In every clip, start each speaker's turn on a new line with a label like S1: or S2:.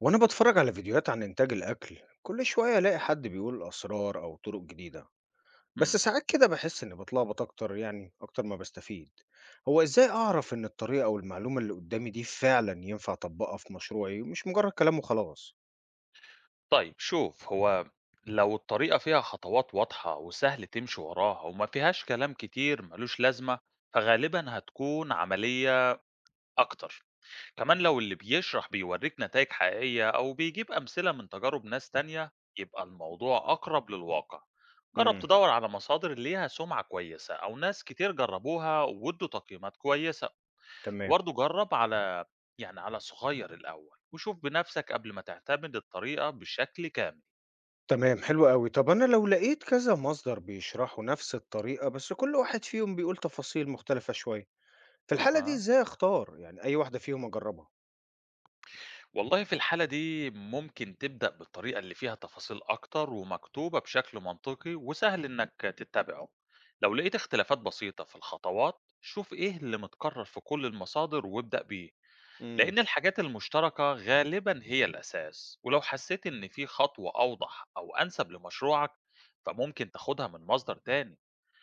S1: وأنا بتفرج على فيديوهات عن إنتاج الأكل كل شوية ألاقي حد بيقول أسرار أو طرق جديدة. بس
S2: إمم.
S1: ساعات كده بحس إني بتلخبط أكتر، يعني أكتر ما بستفيد. هو إزاي أعرف إن الطريقة أو المعلومة اللي قدامي دي فعلا ينفع أطبقها في مشروعي، مش مجرد كلام وخلاص؟
S2: طيب شوف، هو لو الطريقة فيها خطوات واضحة وسهل تمشي وراها وما فيهاش كلام كتير مالوش لازمة، فغالبًا هتكون عملية أكتر. كمان لو اللي بيشرح بيورّيك نتايج حقيقية أو بيجيب أمثلة من تجارب ناس تانية، يبقى الموضوع أقرب للواقع. جرّب
S1: امم.
S2: تدوّر على مصادر ليها سمعة كويسة أو ناس كتير جرّبوها وادّوا تقييمات كويسة،
S1: تمام،
S2: وبرضه جرّب على يعني على صغير الأول وشوف بنَفْسك قبل ما تعتمد الطريقة بشكل كامل.
S1: تمام. حلو قوي. طب أنا لو لقيت كذا مصدر بيشرحوا نفس الطريقة بس كل واحد فيهم بيقول تفاصيل مختلفة شوية، في الحالة دي
S2: أها.
S1: إزاي أختار يعني أي واحدة فيهم أجربها؟
S2: والله في الحالة دي ممكن تبدأ بالطريقة اللي فيها تفاصيل أكتر ومكتوبة بشكل منطقي وسهل إنك تتبعه، لو لقيت اختلافات بسيطة في الخطوات شوف إيه اللي متكرر في كل المصادر وابدأ بيه،
S1: امم.
S2: لأن الحاجات المشتركة غالبا هي الأساس، ولو حسيت إن في خطوة أوضح أو أنسب لمشروعك فممكن تاخدها من مصدر تاني.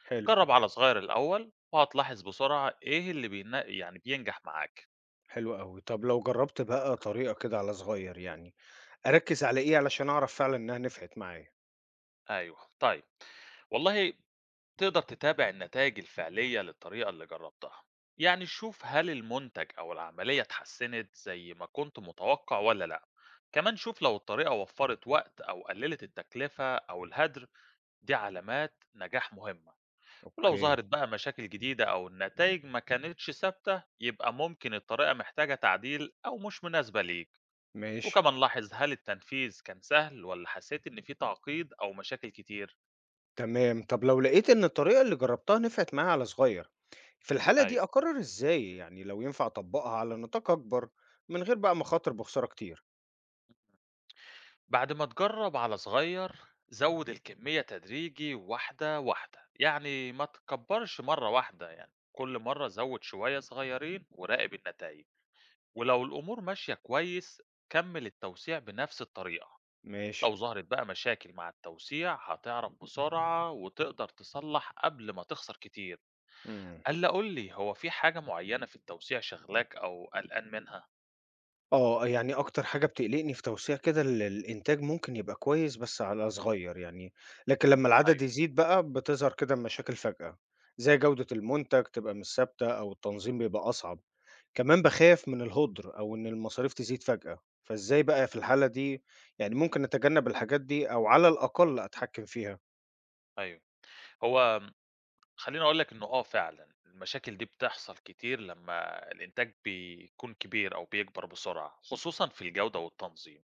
S1: حلو.
S2: جرب على صغير الأول وهتلاحظ بسرعة إيه اللي يعني بينجح معاك.
S1: حلو أوي. طب لو جرّبت بقى طريقة كده على صغيّر، يعني أركّز على إيه علشان أعرف فعلًا إنها نفعت معايا؟
S2: أيوه، طيب، والله تقدر تتابع النتائج الفعلية للطريقة اللي جربتها. يعني شوف هل المنتج أو العملية اتحسنت زي ما كنت متوقع ولا لأ. كمان شوف لو الطريقة وفرت وقت أو قللت التكلفة أو الهدر، دي علامات نجاح مهمة. ولو
S1: أوكي،
S2: ظهرت بقى مشاكل جديدة أو النتائج ما كانتش ثابتة يبقى ممكن الطريقة محتاجة تعديل أو مش مناسبة ليك.
S1: ماشي،
S2: وكمان لاحظ هل التنفيذ كان سهل ولا حسيت إن في تعقيد أو مشاكل كتير.
S1: تمام. طب لو لقيت إن الطريقة اللي جرّبتها نفعت معايا على صغيّر، في الحالة
S2: أيوه،
S1: دي أقرّر إزاي، يعني لو ينفع أطبّقها على نطاق أكبر من غير بقى ما أخاطر بخسارة كتير؟
S2: بعد ما تجرب على صغير زود الكمية تدريجي، واحدة واحدة، يعني ما تكبرش مرة واحدة، يعني كل مرة زود شوية صغيرين وراقب النتائج. ولو الأمور ماشية كويس كمل التوسيع بنفس الطريقة.
S1: ماشي،
S2: لو ظهرت بقى مشاكل مع التوسيع هتعرف بسرعة وتقدر تصلح قبل ما تخسر كتير.
S1: إمم.
S2: ألا قولي، هو في حاجة معينة في التوسيع شغلاك أو قلقان منها؟
S1: آه، يعني أكتر حاجة بتقلقني في توسيع كده الإنتاج ممكن يبقى كويس بس على صغير يعني، لكن لمّا العدد
S2: أيوه،
S1: يزيد بقى بتظهر كده مشاكل فجأة، زي جودة المنتج تبقى مش ثابتة أو التنظيم بيبقى أصعب، كمان باخاف من الهدر أو إن المصاريف تزيد فجأة، فإزاي بقى في الحالة دي يعني ممكن أتجنب الحاجات دي أو على الأقل أتحكم فيها؟
S2: أيوه. هو خلّيني أقول لك إنه آه فعلًا، المشاكل دي بتحصل كتير لمّا الإنتاج بيكون كبير أو بيكبر بسرعة، خصوصًا في الجودة والتنظيم.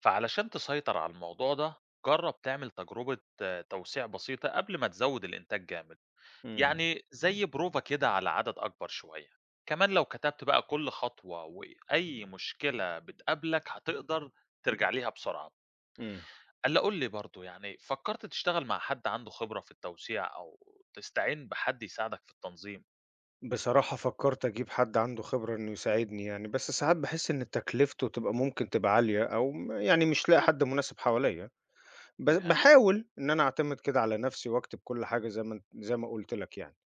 S2: فعلشان تسيطر على الموضوع ده، جرّب تعمل تجربة آه، توسيع بسيطة قبل ما تزوّد الإنتاج جامد،
S1: إمم،
S2: يعني زي بروفة كده على عدد أكبر شوية. كمان لو كتبت بقى كل خطوة وأي مشكلة بتقابلك، هتقدر ترجع ليها بسرعة.
S1: إمم.
S2: قال لي قُل لي برضه، يعني فكّرت تشتغل مع حد عنده خبرة في التوسيع أو تستعين بحد يساعدك في التنظيم؟
S1: بصراحة فكرت أجيب حد عنده خبرة إنه يساعدني يعني، بس ساعات باحس إن تكلفته تبقى ممكن تبقى عالية، أو يعني مش لاقي حد مناسب حواليّا،
S2: فهمت،
S1: باحاول إن أنا أعتمد كده على نفسي وأكتب كل حاجة زي ما أنت زي ما قُلت لك يعني،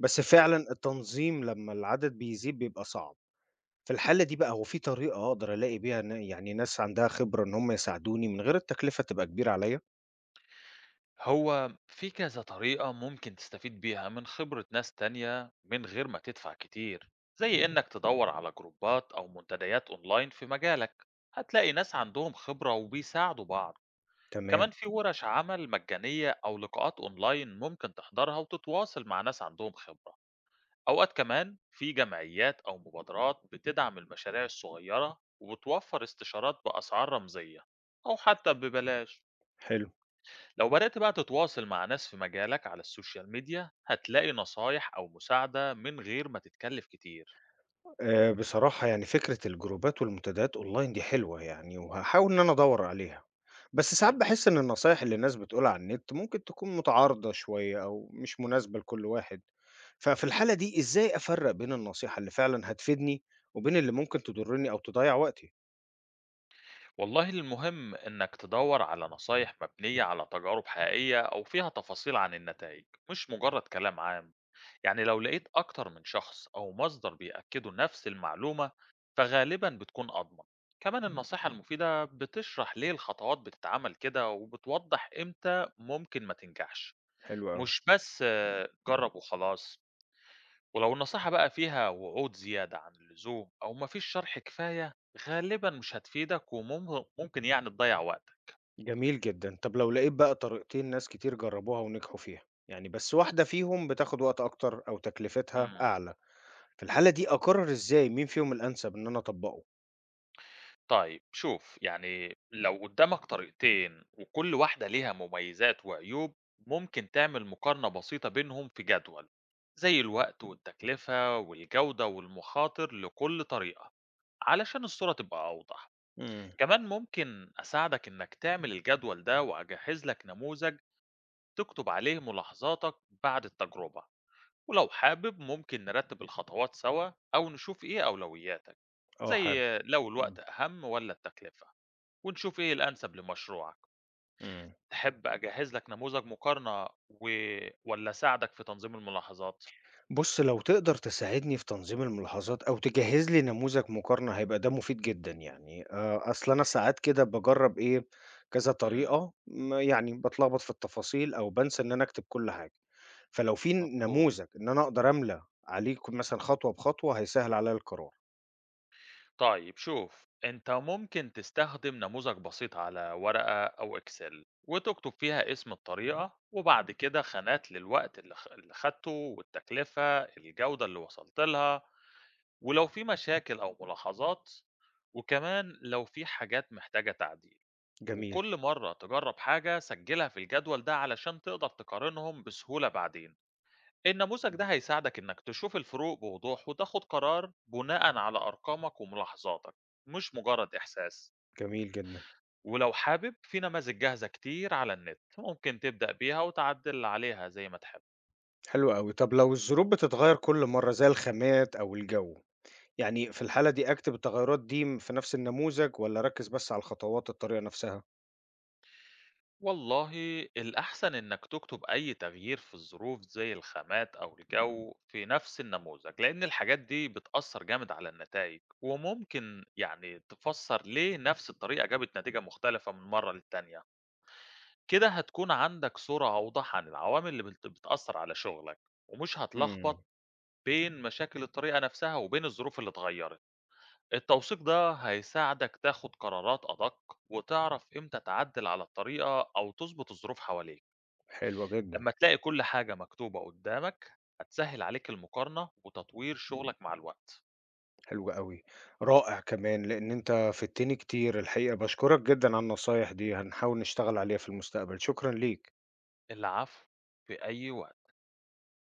S1: بس فعلًا
S2: أيوه.
S1: التنظيم لمّا العدد بيزيد بيبقى صعب، في الحالة دي بقى هو في طريقة أقدر ألاقي بيها يعني ناس عندها خبرة إن هم يساعدوني من غير التكلفة تبقى كبيرة عليّا؟
S2: هو في كذا طريقة ممكن تستفيد بيها من خبرة ناس تانية من غير ما تدفع كتير، زي إنّك تدوّر على جروبات أو منتديات أونلاين في مجالك، هتلاقي ناس عندهم خبرة وبيساعدوا بعض.
S1: تمام،
S2: كمان في ورش عمل مجانية أو لقاءات أونلاين ممكن تحضرها وتتواصل مع ناس عندهم خبرة. أوقات كمان في جمعيات أو مبادرات بتدعم المشاريع الصغيرة وبتوفر استشارات بأسعار رمزية أو حتى ببلاش.
S1: حلو.
S2: لو بدأت بقى تتواصل مع ناس في مجالك على السوشيال ميديا هتلاقي نصايح أو مساعدة من غير ما تتكلف كتير.
S1: بصراحة يعني فكرة الجروبات والمنتديات أونلاين دي حلوة يعني، وهاحاول إن أنا أدوّر عليها، بس ساعات
S2: حلو.
S1: باحس إن النصايح اللي الناس بتقولها على النت ممكن تكون متعارضة شوية أو مش مناسبة لكل واحد، ففي
S2: مم.
S1: الحالة دي إزاي أفرّق بين النصيحة اللي فعلًا هتفيدني وبين اللي ممكن تضرني أو تضيّع وقتي؟
S2: والله المهم إنك تدور على نصايح مبنية على تجارب حقيقية أو فيها تفاصيل عن النتائج، مش مجرد كلام عام. يعني لو لقيت أكتر من شخص أو مصدر بيأكدوا نفس المعلومة فغالبا بتكون أضمن. كمان مم. النصيحة المفيدة بتشرح ليه الخطوات بتتعمل كده وبتوضح إمتى ممكن ما تنجحش،
S1: حلو أوي،
S2: مش بس آه، جرب وخلاص. ولو النصيحة بقى فيها وعود زيادة عن اللزوم أو مفيش شرح كفاية غالبا مش هتفيدك وممكن يعني تضيع وقتك.
S1: جميل جدًا. طب لو لقيت بقى طريقتين ناس كتير جربوها ونجحوا فيها، يعني بس واحدة فيهم بتاخد وقت أكتر أو تكلفتها
S2: مم.
S1: أعلى، في الحالة دي أقرر إزاي مين فيهم الأنسب إن أنا أطبّقه؟
S2: طيب شوف، يعني لو قدامك طريقتين وكل واحدة ليها مميزات وعيوب ممكن تعمل مقارنة بسيطة بينهم في جدول، زي الوقت والتكلفة والجودة والمخاطر لكل طريقة، علشان الصورة تبقى أوضح.
S1: إمم.
S2: كمان ممكن أساعدك إنك تعمل الجدول ده وأجهز لك نموذج تكتب عليه ملاحظاتك بعد التجربة. ولو حابب ممكن نرتب الخطوات سوا أو نشوف إيه أولوياتك،
S1: آه، حابب.
S2: زي لو
S1: إمم.
S2: الوقت أهم ولا التكلفة، ونشوف إيه الأنسب لمشروعك.
S1: إمم.
S2: تحب أجهّز لك نموذج مقارنة والّا أساعدك في تنظيم الملاحظات؟
S1: بُص، لو تقدر تساعدني في تنظيم الملاحظات أو تجهّز لي نموذج مقارنة هيبقى ده مفيد جدًا يعني، أصل أنا ساعات كده باجرّب إيه، كذا
S2: إمم،
S1: طريقة يعني باتلخبط في التفاصيل أو بانسى إن أنا أكتب كل حاجة، فلو في
S2: مفهوم.
S1: نموذج إن أنا أقدر أملى عليه مثلًا خطوة بخطوة هيسهّل عليّا القرار.
S2: طيب شوف، أنت ممكن تستخدم نموذج بسيط على ورقة أو Excel وتكتب فيها اسم الطريقة وبعد كده خانات للوقت اللي خدته والتكلفة، الجودة اللي وصلت لها. ولو في مشاكل أو ملاحظات، وكمان لو في حاجات محتاجة تعديل.
S1: جميل،
S2: وكل مرة تجرب حاجة سجلها في الجدول ده علشان تقدر تقارنهم بسهولة بعدين. النموذج ده
S1: إمم.
S2: هيساعدك إنك تشوف الفروق بوضوح وتاخد قرار بناء على أرقامك وملاحظاتك، مش مجرد إحساس.
S1: جميل جدًا،
S2: ولو حابب في نماذج جاهزة كتير على النت ممكن تبدأ بيها وتعدل عليها زي ما تحب.
S1: حلو أوي. طب لو الظروف بتتغيّر كل مرّة زي الخامات أو الجو؟ يعني في الحالة دي أكتب التغيرات دي في نفس النموذج والّا أركّز بس على الخطوات الطريقة نفسها؟
S2: والله الأحسن إنك تكتب أي تغيير في الظروف زي الخامات أو الجو في نفس النموذج، لأن الحاجات دي بتأثر جامد على النتائج وممكن يعني تفسر ليه نفس الطريقة جابت نتيجة مختلفة من مرة للتانية. كده هتكون عندك صورة أوضح عن العوامل اللي بتأثر على شغلك، ومش
S1: إمم،
S2: هتلخبط بين مشاكل الطريقة نفسها وبين الظروف اللي اتغيرت. التوثيق ده هيساعدك تاخد قرارات أدق وتعرف إمتى تعدل على الطريقة أو تظبط الظروف حواليك.
S1: حلوة جدًا،
S2: لمّا تلاقي كل حاجة مكتوبة قدّامك، هتسهّل عليك المقارنة وتطوير شغلك مع الوقت.
S1: حلو أوي، رائع. كمان، لإن أنت فدتني كتير الحقيقة، باشكرك جدًا على النصايح دي، هنحاول نشتغل عليها في المستقبل، شكرًا ليك.
S2: العفو، في أي وقت.